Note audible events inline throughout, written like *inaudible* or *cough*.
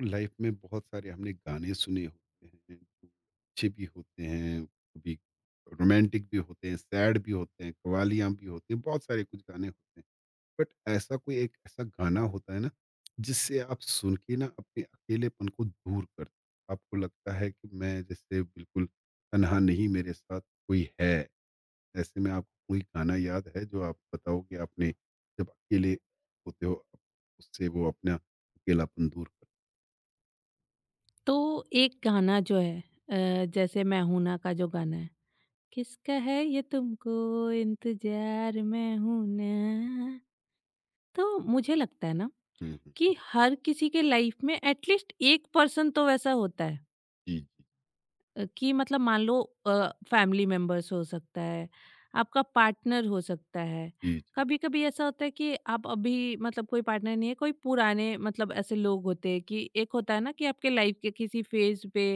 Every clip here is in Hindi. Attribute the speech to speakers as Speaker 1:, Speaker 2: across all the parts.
Speaker 1: लाइफ में बहुत सारे हमने गाने सुने होते हैं जो अच्छे भी होते हैं कभी रोमांटिक भी होते हैं सैड भी होते हैं कवालियाँ भी होते हैं बहुत सारे कुछ गाने होते हैं। बट ऐसा कोई एक ऐसा गाना होता है ना जिससे आप सुन के ना अपने अकेलेपन को दूर कर आपको लगता है कि मैं जैसे बिल्कुल तनहा नहीं मेरे साथ कोई है। ऐसे में आपको कोई गाना याद है जो आप बताओगे आपने जब अकेले होते हो उससे वो अपना अकेलापन दूर कर।
Speaker 2: तो एक गाना जो है, जैसे मैं हूं ना का जो गाना है। किसका है ये तुमको इंतजार, मैं हूं ना। तो मुझे लगता है ना
Speaker 1: हम्म हम्म।
Speaker 2: कि हर किसी के लाइफ में एटलीस्ट एक पर्सन तो वैसा होता है।
Speaker 1: जी,
Speaker 2: कि मतलब मान लो फैमिली मेंबर्स हो सकता है, आपका पार्टनर हो सकता है।
Speaker 1: जी, जी, जी।
Speaker 2: कभी कभी ऐसा होता है कि आप अभी मतलब कोई पार्टनर नहीं है, कोई पुराने मतलब ऐसे लोग होते हैं कि एक होता है ना कि आपके लाइफ के किसी फेज पे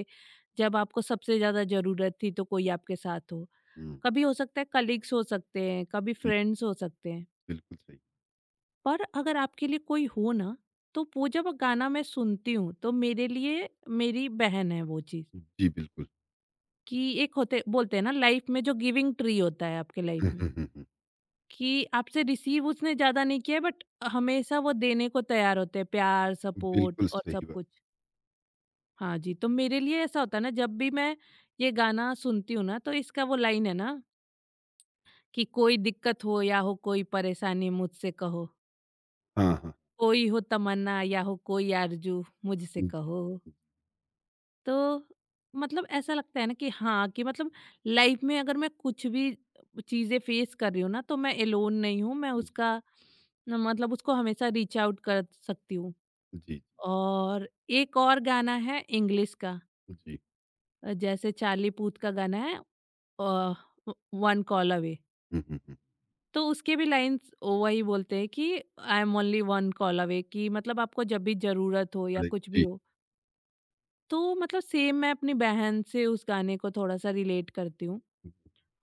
Speaker 2: जब आपको सबसे ज़्यादा ज़रूरत थी तो कोई आपके साथ हो।
Speaker 1: हुँ,
Speaker 2: कभी हो सकता है कलीग्स हो सकते हैं, कभी
Speaker 1: जी,
Speaker 2: फ्रेंड्स हो सकते हैं।
Speaker 1: बिल्कुल सही।
Speaker 2: पर अगर आपके लिए कोई हो ना, तो वो जब गाना मैं सुनती हूँ तो मेरे लिए मेरी बहन है वो चीज़।
Speaker 1: जी, बिल्कुल।
Speaker 2: कि एक होते बोलते हैं ना लाइफ में जो गिविंग ट्री होता है आपके
Speaker 1: हुँ,
Speaker 2: लाइफ में,
Speaker 1: हुँ, हुँ, हुँ।
Speaker 2: कि आपसे रिसीव उसने ज़्यादा नहीं किया है, बट हमेशा वो देने को तैयार होते हैं प्यार, सपोर्ट
Speaker 1: बिल्कुल
Speaker 2: और सब
Speaker 1: सही बात।
Speaker 2: कुछ। हाँ जी, तो मेरे लिए ऐसा होता है ना जब भी मैं ये गाना सुनती हूँ ना तो इसका वो लाइन है ना कि कोई दिक्कत हो या हो कोई परेशानी मुझसे कहो,
Speaker 1: हाँ, हाँ।
Speaker 2: कोई हो तमन्ना या हो कोई आरज़ू मुझसे
Speaker 1: जी,
Speaker 2: कहो। तो मतलब ऐसा लगता है ना कि हाँ, कि मतलब लाइफ में अगर मैं कुछ भी चीज़ें फेस कर रही हूँ ना तो मैं एलोन नहीं हूँ, मैं उसका न मतलब उसको हमेशा रीच आउट कर सकती हूँ। और एक और गाना है इंग्लिश का।
Speaker 1: जी, जी।
Speaker 2: जैसे चार्ली पूथ का गाना है, अ, व वन कॉल अवे।
Speaker 1: हुँ, हुँ, हुँ।
Speaker 2: तो उसके भी लाइंस वही बोलते हैं कि I am only one call away, कि मतलब आपको जब भी जरूरत हो या
Speaker 1: बड़े
Speaker 2: कुछ भी
Speaker 1: जी।
Speaker 2: हो तो मतलब सेम मैं अपनी बहन से उस गाने को थोड़ा सा रिलेट करती हूँ।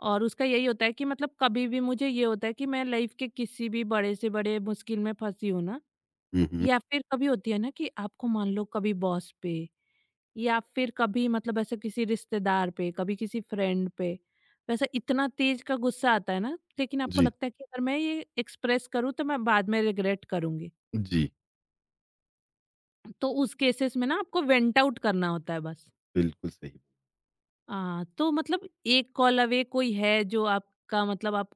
Speaker 2: और उसका यही होता है कि मतलब कभी भी मुझे ये होता है कि मैं लाइफ के किसी भी बड़े से बड़े मुश्किल में फंसी हूँ ना,
Speaker 1: हुँ, हुँ।
Speaker 2: या फिर कभी होती है ना कि आपको मान लो कभी बॉस पे या फिर कभी मतलब ऐसे किसी रिश्तेदार पे, कभी किसी फ्रेंड पे, वैसे इतना तेज का गुस्सा आता है ना, लेकिन आपको
Speaker 1: जी,
Speaker 2: लगता है कि अगर मैं ये एक्सप्रेस करूँ तो मैं बाद में रिग्रेट करूँगी।
Speaker 1: जी,
Speaker 2: तो उस केसेस में ना आपको वेंट आउट करना होता है बस।
Speaker 1: बिल्कुल सही।
Speaker 2: तो मतलब एक कॉल अवे कोई है जो आपका मतलब आप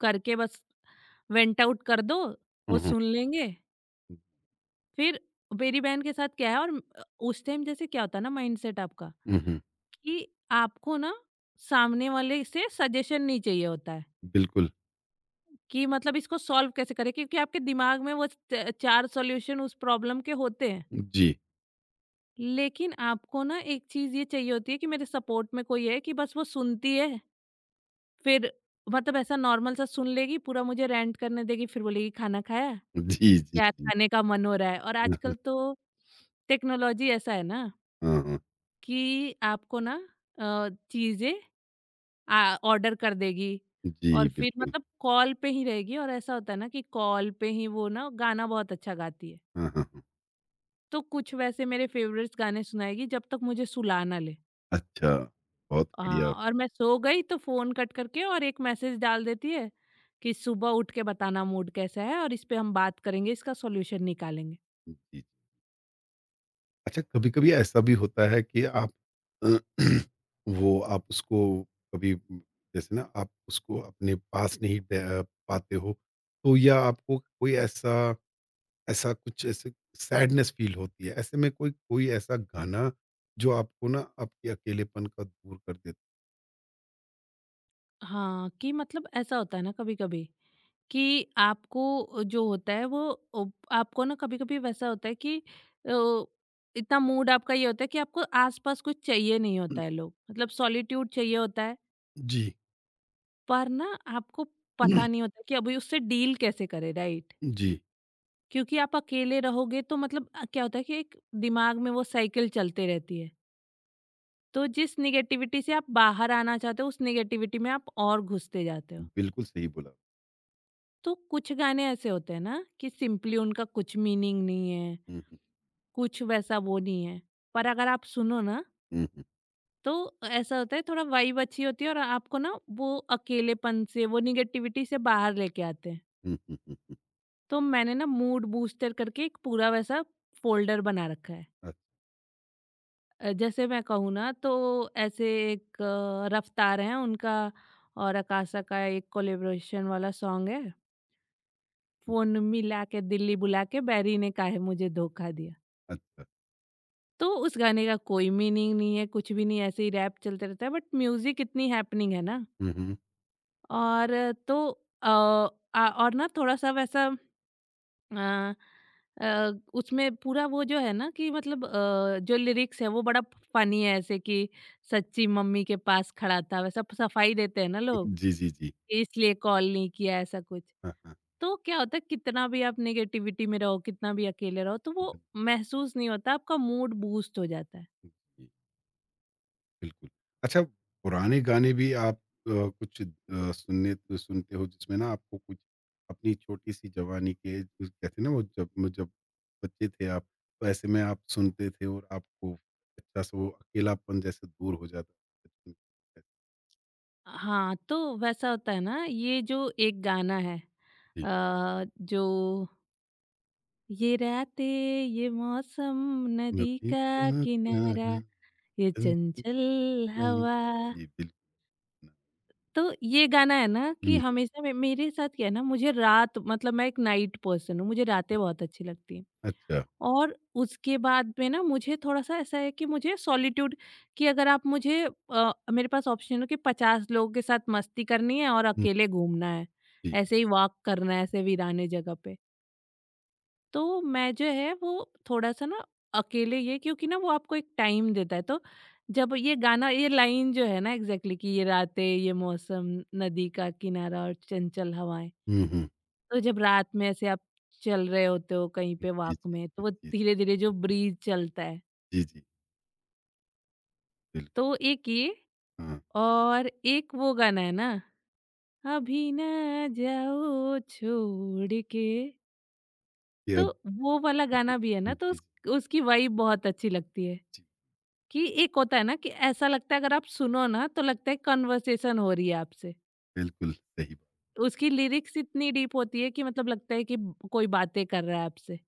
Speaker 2: करके बस वेंट आउट कर दो,
Speaker 1: हुँ,
Speaker 2: वो
Speaker 1: हुँ।
Speaker 2: सुन लेंगे। फिर मेरी बहन के साथ क्या है, और उस टाइम जैसे क्या होता है ना माइंडसेट आपका
Speaker 1: हुँ, हुँ।
Speaker 2: कि आपको ना सामने वाले से सजेशन नहीं चाहिए होता है
Speaker 1: बिल्कुल।
Speaker 2: कि मतलब इसको सॉल्व कैसे करें, क्योंकि आपके दिमाग में वो चार सॉल्यूशन उस प्रॉब्लम के होते हैं।
Speaker 1: जी।
Speaker 2: लेकिन आपको ना एक चीज ये चाहिए होती है कि मेरे सपोर्ट में कोई है कि बस वो सुनती है। फिर मतलब ऐसा नॉर्मल सा सुन लेगी, पूरा मुझे रेंट करने देगी, फिर बोलेगी खाना खाया,
Speaker 1: जी, जी,
Speaker 2: क्या
Speaker 1: जी।
Speaker 2: खाने का मन हो रहा है। और
Speaker 1: हाँ, हाँ।
Speaker 2: आजकल तो टेक्नोलॉजी ऐसा है ना
Speaker 1: हाँ, हाँ।
Speaker 2: कि आपको ना चीजें ऑर्डर कर देगी
Speaker 1: जी,
Speaker 2: और फिर
Speaker 1: बिल्कुल।
Speaker 2: मतलब कॉल पे ही रहेगी। और ऐसा होता है ना कि कॉल पे ही वो ना गाना बहुत अच्छा गाती है।
Speaker 1: हाँ, हाँ, हाँ।
Speaker 2: तो कुछ वैसे मेरे फ़ेवरेट्स गाने सुनाएगी जब तक मुझे सुला ना ले।
Speaker 1: अच्छा, बहुत
Speaker 2: अ,
Speaker 1: बढ़िया।
Speaker 2: और मैं सो गई तो फ़ोन कट करके और एक मैसेज डाल देती है कि सुबह उठ के बताना मूड कैसा है और इस पे हम बात करेंगे, इसका सॉल्यूशन निकालेंगे।
Speaker 1: जी। अच्छा, कभी-कभी ऐसा भी होता है कि आप अ, *clears throat* वो आप उसको कभी जैसे ना आप उसको अपने पास नहीं ब पाते हो, तो या आपको कोई ऐसा ऐसा कुछ ऐसे सैडनेस फ़ील होती है, ऐसे में कोई कोई ऐसा गाना जो आपको ना आपके अकेलेपन का दूर कर देता
Speaker 2: हाँ, कि मतलब ऐसा होता है ना कभी-कभी कि आपको जो होता है वो उप आपको ना कभी-कभी वैसा होता है कि इतना मूड आपका ये होता है कि आपको आस-पास कुछ चाहिए नहीं
Speaker 1: है?
Speaker 2: होता है लोग, मतलब सॉलिट्यूड चाहिए होता है,
Speaker 1: जी।
Speaker 2: पर ना आपको पता नहीं
Speaker 1: *clears throat*
Speaker 2: होता कि अभी उससे डील कैसे करें, राइट?
Speaker 1: जी,
Speaker 2: क्योंकि आप अकेले रहोगे तो मतलब क्या होता है कि एक दिमाग में वो साइकिल चलते रहती है। तो जिस नेगेटिविटी से आप बाहर आना चाहते हो, उस नेगेटिविटी में आप और घुसते जाते हो।
Speaker 1: बिल्कुल सही बोला।
Speaker 2: तो कुछ गाने ऐसे होते हैं ना कि सिंपली उनका कुछ मीनिंग नहीं है,
Speaker 1: हुँ, हुँ,
Speaker 2: कुछ वैसा वो नहीं है। पर अगर आप सुनो ना
Speaker 1: हुँ, हुँ,
Speaker 2: तो ऐसा होता है थोड़ा वाइब अच्छी होती है और आपको ना वो अकेलेपन से, वो निगेटिविटी से बाहर लेके आते हैं।
Speaker 1: हुँ, हुँ, हुँ।
Speaker 2: तो मैंने ना मूड बूस्टर करके एक पूरा वैसा फ़ोल्डर बना रखा है।
Speaker 1: अ,
Speaker 2: जैसे मैं कहूँ ना तो ऐसे एक रफ़्तार हैं उनका और अकाशा का एक कोलैबोरेशन वाला सॉन्ग है। फ़ोन मिला के दिल्ली बुला के बैरी ने काहे मुझे धोखा दिया।
Speaker 1: अच्छा।
Speaker 2: तो उस गाने का कोई मीनिंग नहीं है, कुछ भी नहीं, ऐसे ही रैप चलते रहता है, बट म्यूज़िक इतनी हैपनिंग है ना।
Speaker 1: हुँ, हुँ।
Speaker 2: और तो अ, आ और ना थोड़ा-सा वैसा अ उसमें पूरा वो जो है ना कि मतलब जो लिरिक्स है वो बड़ा फ़नी है, ऐसे कि सच्ची मम्मी के पास खड़ा था वैसा सफाई देते हैं ना लोग,
Speaker 1: जी, जी, जी।
Speaker 2: कि इसलिए कॉल नहीं किया, ऐसा कुछ।
Speaker 1: हाँ, हाँ।
Speaker 2: तो क्या होता है कितना भी आप नेगेटिविटी में रहो, कितना भी अकेले रहो, तो वो
Speaker 1: बिल्कुल,
Speaker 2: महसूस नहीं होता, आपका मूड बूस्ट हो जाता है।
Speaker 1: जी। बिल्कुल। अच्छा, पुराने गाने भी आप अ, कुछ सुनने सुनते हो जिसमें ना आपको कुछ अपनी छोटी-सी जवानी के कुछ कहते हैं ना वो जब बच्चे थे आप, तो ऐसे में आप सुनते थे और आपको अच्छा-सा वो अकेलापन जैसे दूर हो जाता था। बचपन के।
Speaker 2: हाँ, तो वैसा होता है ना ये जो एक गाना है,
Speaker 1: जी।
Speaker 2: जो ये रातें, ये मौसम, नदी
Speaker 1: जी,
Speaker 2: का किनारा, ये चंचल हवा।
Speaker 1: जी, बिल्कुल।
Speaker 2: तो ये गाना है ना कि
Speaker 1: हुँ।
Speaker 2: हमेशा मे मेरे साथ क्या है ना, मुझे रात मतलब मैं एक नाइट पर्सन हूँ, मुझे
Speaker 1: जी।
Speaker 2: रातें बहुत अच्छी लगती हैं।
Speaker 1: अच्छा।
Speaker 2: और उसके बाद में ना मुझे थोड़ा-सा ऐसा है कि मुझे सॉलिट्यूड कि अगर आप मुझे मेरे पास ऑप्शन हो कि 50 लोगों के साथ मस्ती करनी है और
Speaker 1: हुँ,
Speaker 2: अकेले घूमना है,
Speaker 1: जी।
Speaker 2: ऐसे ही वॉक करना है ऐसे वीराने जगह पे। तो मैं जो है वो थोड़ा-सा ना अकेले ये क्योंकि ना वो आपको एक टाइम देता है, तो जब ये गाना ये लाइन जो है ना एग्ज़ैक्टली कि ये रातें, ये मौसम, नदी का किनारा और चंचल हवाएँ।
Speaker 1: हुँ, हुँ।
Speaker 2: तो जब रात में ऐसे आप चल रहे होते हो कहीं
Speaker 1: जी,
Speaker 2: पे
Speaker 1: जी,
Speaker 2: वॉक में, तो वो
Speaker 1: जी,
Speaker 2: धीरे धीरे जो ब्रीज चलता है।
Speaker 1: जी, जी, बिल्कुल।
Speaker 2: तो एक ये
Speaker 1: हाँ,
Speaker 2: और एक वो गाना है ना, अभी ना जाओ छोड़ के।
Speaker 1: ये
Speaker 2: तो
Speaker 1: अब
Speaker 2: वो वाला गाना भी है ना,
Speaker 1: जी,
Speaker 2: तो
Speaker 1: जी,
Speaker 2: उस, उसकी वाइब बहुत अच्छी लगती है।
Speaker 1: जी,
Speaker 2: कि एक होता है ना कि ऐसा लगता है अगर आप सुनो ना तो लगता है कन्वर्सेशन हो रही है आपसे,
Speaker 1: बिल्कुल सही बात।
Speaker 2: उसकी लिरिक्स इतनी डीप होती है कि मतलब लगता है कि कोई बातें कर रहा है आपसे।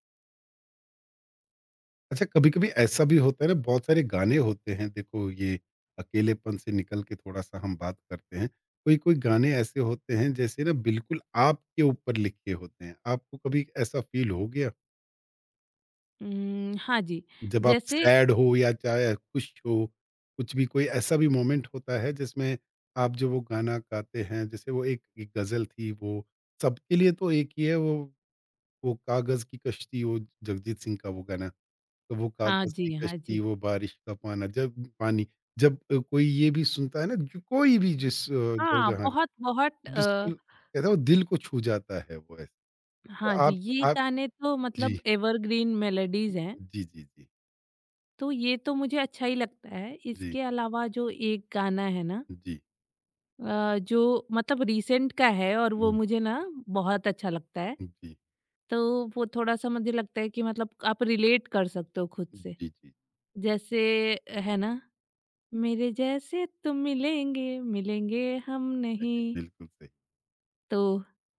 Speaker 1: अच्छा, कभी-कभी ऐसा भी होता है ना बहुत सारे गाने होते हैं देखो ये अकेलेपन से निकल के थोड़ा-सा हम बात करते हैं। कोई-कोई गाने ऐसे होते हैं जैसे ना बिल्कुल आपके ऊपर लिखे होते हैं। आपको कभी ऐसा फ़ील हो गया?
Speaker 2: हाँ जी,
Speaker 1: जब आप
Speaker 2: जैसे
Speaker 1: सैड हो या चाहे खुश हो, कुछ भी कोई ऐसा भी मोमेंट होता है जिसमें आप जो वो गाना गाते हैं जैसे वो एक एक गज़ल थी वो सबके लिए तो एक ही है वो कागज़ की कश्ती वो जगजीत सिंह का वो गाना। तो वो
Speaker 2: हाँ
Speaker 1: कागज की
Speaker 2: जी, हाँ
Speaker 1: कश्ती,
Speaker 2: जी।
Speaker 1: वो बारिश का पाना जब पानी कोई ये भी सुनता है ना जो कोई भी जो
Speaker 2: हाँ,
Speaker 1: जहाँ
Speaker 2: बहुत बहुत,
Speaker 1: बिल्कुल कहते हैं वो दिल को छू जाता है वो ऐसे। तो
Speaker 2: हाँ जी,
Speaker 1: आप
Speaker 2: ये
Speaker 1: आप
Speaker 2: गाने तो
Speaker 1: जी,
Speaker 2: मतलब एवरग्रीन मेलोडीज़ हैं,
Speaker 1: जी, जी, जी,
Speaker 2: तो ये तो मुझे अच्छा ही लगता है।
Speaker 1: जी,
Speaker 2: इसके अलावा जो एक गाना है ना,
Speaker 1: जी,
Speaker 2: जो मतलब रीसेंट का है और वो
Speaker 1: हुँ,
Speaker 2: मुझे ना बहुत अच्छा लगता है।
Speaker 1: जी,
Speaker 2: तो वो थोड़ा-सा मुझे लगता है कि मतलब आप रिलेट कर सकते हो खुद से।
Speaker 1: जी, जी,
Speaker 2: जैसे है ना, मेरे जैसे तुम मिलेंगे, मिलेंगे हम नहीं।
Speaker 1: बिल्कुल सही।
Speaker 2: तो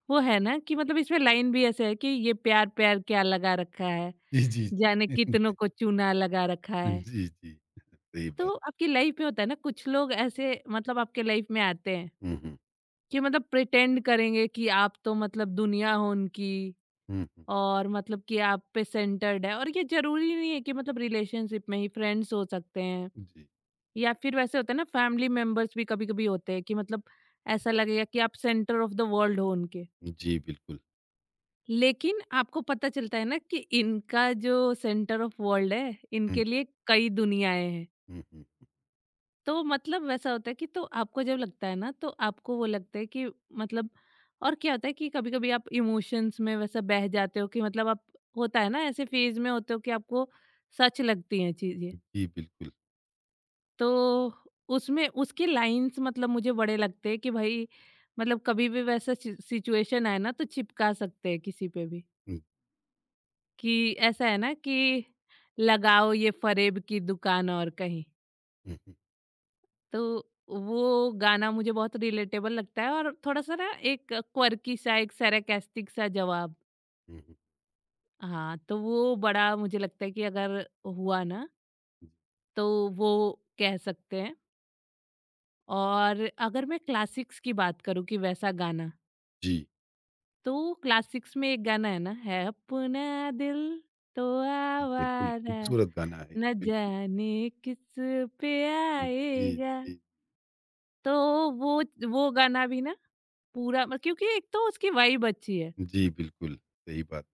Speaker 2: वो है ना कि मतलब इसमें लाइन भी ऐसे है कि ये प्यार प्यार क्या लगा रखा है,
Speaker 1: जी, जी,
Speaker 2: जाने कितनों
Speaker 1: *laughs*
Speaker 2: को चूना लगा रखा है।
Speaker 1: जी, जी, सही बात।
Speaker 2: तो आपकी लाइफ में होता है ना कुछ लोग ऐसे मतलब आपके लाइफ में आते हैं
Speaker 1: हुँ, हुँ,
Speaker 2: कि मतलब प्रिटेंड करेंगे कि आप तो मतलब दुनिया हो उनकी,
Speaker 1: हुँ, हुँ,
Speaker 2: और मतलब कि आप पे सेंटर्ड है। और ये ज़रूरी नहीं है कि मतलब रिलेशनशिप में ही, फ्रेंड्स हो सकते हैं
Speaker 1: जी,
Speaker 2: या फिर वैसे होता है ना फैमिली मेंबर्स भी कभी-कभी होते हैं कि मतलब ऐसा लगेगा कि आप सेंटर ऑफ द वर्ल्ड हो उनके।
Speaker 1: जी, बिल्कुल।
Speaker 2: लेकिन आपको पता चलता है ना कि इनका जो सेंटर ऑफ वर्ल्ड है,
Speaker 1: हुँ,
Speaker 2: इनके लिए कई दुनियाएँ हैं।
Speaker 1: हुँ, हुँ,
Speaker 2: तो मतलब वैसा होता है कि तो आपको जब लगता है ना तो आपको वो लगता है कि मतलब, और क्या होता है कि कभी-कभी आप इमोशंस में वैसा बह जाते हो कि मतलब आप होता है ना ऐसे फेज़ में होते हो कि आपको सच लगती हैं चीज़ें।
Speaker 1: जी, बिल्कुल।
Speaker 2: तो उसमें उसकी लाइन्स मतलब मुझे बड़े लगते हैं कि भाई, मतलब कभी भी वैसा सि सिचुएशन आए ना तो चिपका सकते हैं किसी पे भी।
Speaker 1: हुँ,
Speaker 2: कि ऐसा है ना कि लगाओ ये फरेब की दुकान और कहीं।
Speaker 1: हुँ, हुँ,
Speaker 2: तो वो गाना मुझे बहुत रिलेटेबल लगता है और थोड़ा-सा ना एक क्वर्की सा, एक सरकास्टिक सा जवाब।
Speaker 1: हुँ,
Speaker 2: हाँ, तो वो बड़ा मुझे लगता है कि अगर हुआ ना
Speaker 1: हुँ,
Speaker 2: तो वो कह सकते हैं। और अगर मैं क्लासिक्स की बात करूँ कि वैसा गाना,
Speaker 1: जी,
Speaker 2: तो क्लासिक्स में एक गाना है ना, है अपना दिल तो
Speaker 1: बिल्कुल
Speaker 2: आवारा,
Speaker 1: खूबसूरत गाना है।
Speaker 2: न
Speaker 1: बिल्कुल।
Speaker 2: जाने किस पे
Speaker 1: जी,
Speaker 2: आएगा।
Speaker 1: जी।
Speaker 2: तो वो वो गाना भी ना पूरा मत, क्योंकि एक तो उसकी वाइब अच्छी है
Speaker 1: जी, बिल्कुल, सही बात।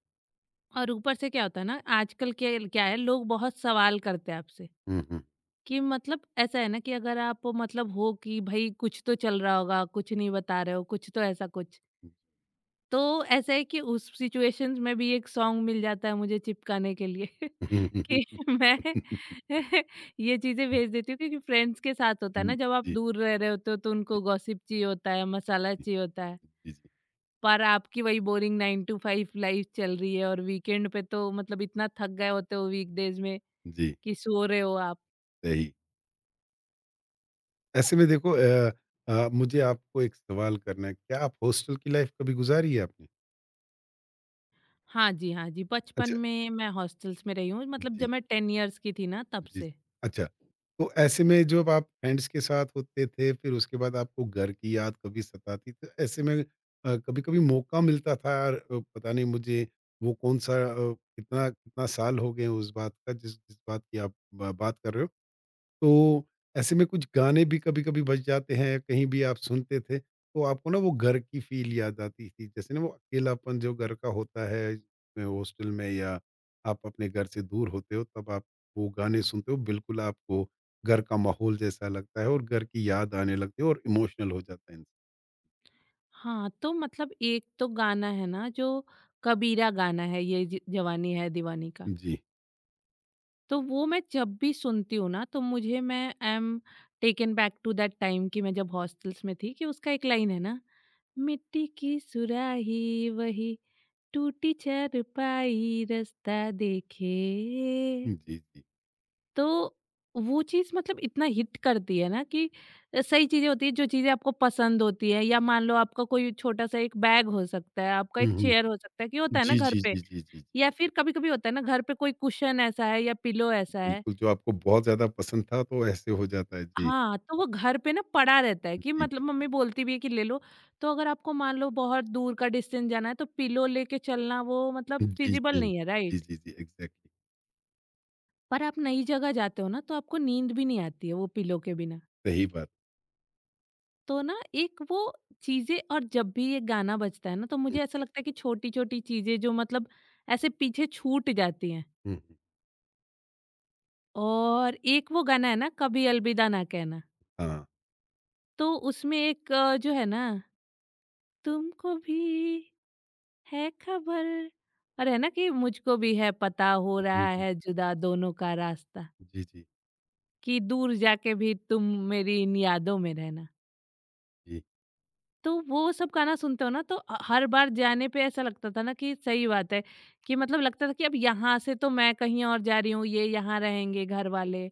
Speaker 2: और ऊपर से क्या होता है ना आजकल क्या क्या है लोग बहुत सवाल करते हैं आपसे
Speaker 1: हुँ, हुँ।
Speaker 2: कि मतलब ऐसा है ना कि अगर आप मतलब हो कि भाई कुछ तो चल रहा होगा, कुछ नहीं बता रहे हो, कुछ तो ऐसा कुछ, तो ऐसा है कि उस सिचुएशंस में भी एक सॉन्ग मिल जाता है मुझे चिपकाने के लिए *laughs*
Speaker 1: हुँ,
Speaker 2: कि मैं *laughs* ये चीजें भेज देती हूँ, क्योंकि फ्रेंड्स के साथ होता है
Speaker 1: जी,
Speaker 2: ना जब आप
Speaker 1: जी,
Speaker 2: दूर रह रहे होते हो तो
Speaker 1: जी,
Speaker 2: उनको गॉसिप चाहिए होता है, मसाला चाहिए होता है।
Speaker 1: जी, जी,
Speaker 2: पर आपकी वही बोरिंग 9 टू 5 लाइफ चल रही है और वीकेंड पे तो मतलब इतना थक गए होते हो वीकडेज में
Speaker 1: जी,
Speaker 2: कि सो रहे हो आप।
Speaker 1: सही। ऐसे में देखो मुझे आपको एक सवाल करना है, क्या आप हॉस्टल की लाइफ़ कभी गुज़ारी है आपने?
Speaker 2: हाँ जी, हाँ जी। बचपन
Speaker 1: अच्छा,
Speaker 2: में मैं हॉस्टल्स में रही हूँ, मतलब
Speaker 1: जी।
Speaker 2: जब मैं 10 इयर्स की थी ना तब
Speaker 1: जी।
Speaker 2: से।
Speaker 1: अच्छा, तो ऐसे में जब आप फ्रेंड्स के साथ होते थे, फिर उसके बाद आपको घर की याद कभी सताती, तो ऐसे में कभी-कभी मौका मिलता था और पता नहीं मुझे वो कितना कितना साल हो गए उस बात का जिस जिस बात की आप ब बात कर रहे हो। तो ऐसे में कुछ गाने भी कभी-कभी बज जाते हैं, कहीं भी आप सुनते थे, तो आपको ना वो घर की फ़ील याद आती थी। जैसे ना वो अकेलापन जो घर का होता है, में हॉस्टल में या आप अपने घर से दूर होते हो, तब आप वो गाने सुनते हो, बिल्कुल आपको घर का माहौल जैसा लगता है और घर की याद आने लगती है और इमोशनल हो जाता है इंसान।
Speaker 2: हाँ, तो मतलब एक तो गाना है ना जो कबीरा गाना है, ये ज जवानी है दीवानी का।
Speaker 1: जी,
Speaker 2: तो वो मैं जब भी सुनती हूँ ना तो मुझे मैं I am taken back to that time कि मैं जब हॉस्टल्स में थी, कि उसका एक लाइन है ना, मिट्टी की सुराही वही, टूटी चारपाई रास्ता देखे।
Speaker 1: जी, जी।
Speaker 2: तो वो चीज़ मतलब इतना हिट करती है ना कि सही चीज़ें होती है, जो चीज़ें आपको पसंद होती है या मान लो आपका कोई छोटा सा एक बैग हो सकता है, आपका
Speaker 1: हुँ,
Speaker 2: एक
Speaker 1: हुँ।
Speaker 2: चेयर हो सकता है कि होता है ना
Speaker 1: जी,
Speaker 2: घर
Speaker 1: जी,
Speaker 2: पे,
Speaker 1: जी, जी, जी, जी।
Speaker 2: या फिर कभी-कभी होता है ना घर पे कोई कुशन ऐसा है या पिलो ऐसा है।
Speaker 1: बिल्कुल, जो आपको बहुत ज़्यादा पसंद था, तो ऐसे हो जाता है। जी,
Speaker 2: हाँ, तो वो घर पे ना पड़ा रहता है, कि
Speaker 1: जी,
Speaker 2: मतलब
Speaker 1: बिल्कुल।
Speaker 2: मम्मी बोलती भी है कि ले लो। तो अगर आपको मान लो बहुत दूर का डिस्टेंस जाना है तो पिलो लेके चलना वो मतलब
Speaker 1: जी,
Speaker 2: फिज़िबल
Speaker 1: जी।
Speaker 2: नहीं है,
Speaker 1: जी,
Speaker 2: राइट?
Speaker 1: जी, जी, एग्ज़ैक्टली,
Speaker 2: पर आप नई जगह जाते हो ना तो आपको नींद भी नहीं आती है वो पिलो के बिना।
Speaker 1: सही बात।
Speaker 2: तो ना एक वो चीजें, और जब भी ये गाना बजता है ना तो
Speaker 1: हुँ,
Speaker 2: मुझे ऐसा लगता है कि छोटी छोटी चीजें जो मतलब ऐसे पीछे छूट जाती हैं।
Speaker 1: हुँ, हुँ।
Speaker 2: और एक वो गाना है ना, कभी अलविदा ना कहना,
Speaker 1: हाँ।
Speaker 2: तो उसमें एक, जो है ना तुमको भी है खबर, और है ना कि मुझको भी है पता, हो
Speaker 1: जी,
Speaker 2: रहा
Speaker 1: जी।
Speaker 2: है जुदा दोनों का रास्ता,
Speaker 1: जी, जी,
Speaker 2: कि दूर जाके भी तुम मेरी इन यादों में रहना।
Speaker 1: जी।
Speaker 2: तो वो सब गाना सुनते हो ना तो, हर बार जाने पे ऐसा लगता था ना कि सही बात है कि मतलब लगता था कि अब यहाँ से तो मैं कहीं और जा रही हूँ, ये यहाँ रहेंगे घर वाले,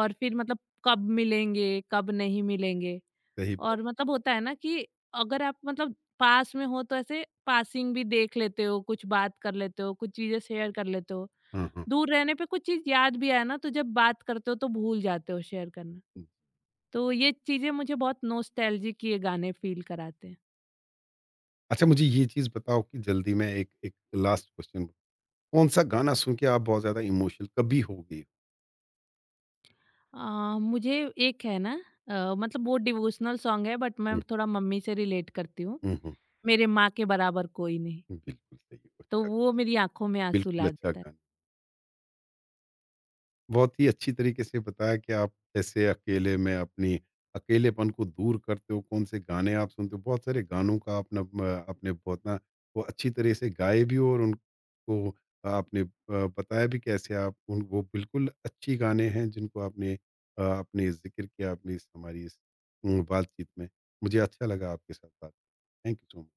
Speaker 2: और फिर मतलब कब मिलेंगे कब नहीं मिलेंगे।
Speaker 1: सही बात।
Speaker 2: और मतलब होता है ना कि अगर आप मतलब पास में हो तो ऐसे पासिंग भी देख लेते हो, कुछ बात कर लेते हो, कुछ चीजें शेयर कर लेते हो।
Speaker 1: हाँ, हाँ।
Speaker 2: दूर रहने पे कुछ चीज याद भी आए ना तो जब बात करते हो तो भूल जाते हो शेयर करना।
Speaker 1: हुँ।
Speaker 2: तो ये चीजें मुझे बहुत नोस्टैल्जिक ये गाने फील कराते हैं।
Speaker 1: अच्छा, मुझे ये चीज़ बताओ कि जल्दी में एक एक लास्ट क्वेश्चन कौन-सा गाना सुन के आप बहुत ज़्यादा इमोशनल कभी हो गए?
Speaker 2: आ, मुझे एक है ना, आ, मतलब वो डिवोशनल सॉन्ग है, बट मैं
Speaker 1: हुँ,
Speaker 2: थोड़ा मम्मी से रिलेट करती हूँ।
Speaker 1: हुँ, हुँ।
Speaker 2: मेरे माँ के बराबर कोई नहीं,
Speaker 1: बिल्कुल सही,
Speaker 2: तो
Speaker 1: अच्छा,
Speaker 2: वो मेरी आंखों में आंसू
Speaker 1: बिल्कुल
Speaker 2: ला
Speaker 1: अच्छा
Speaker 2: देता है।
Speaker 1: गाना। बहुत ही अच्छी तरीके से बताया कि आप कैसे अकेले में अपनी अकेलेपन को दूर करते हो कौन से गाने आप सुनते हो बहुत सारे गानों का आपने आपने बहुत ना वो अच्छी तरह से गाए भी हो और उनको आपने बताया भी कैसे आप उन वो बिल्कुल अच्छी गाने हैं जिनको आपने अपने जिक्र किया अपनी इस हमारी इस बातचीत में मुझे अच्छा लगा आपके साथ बात थैंक यू सो मच।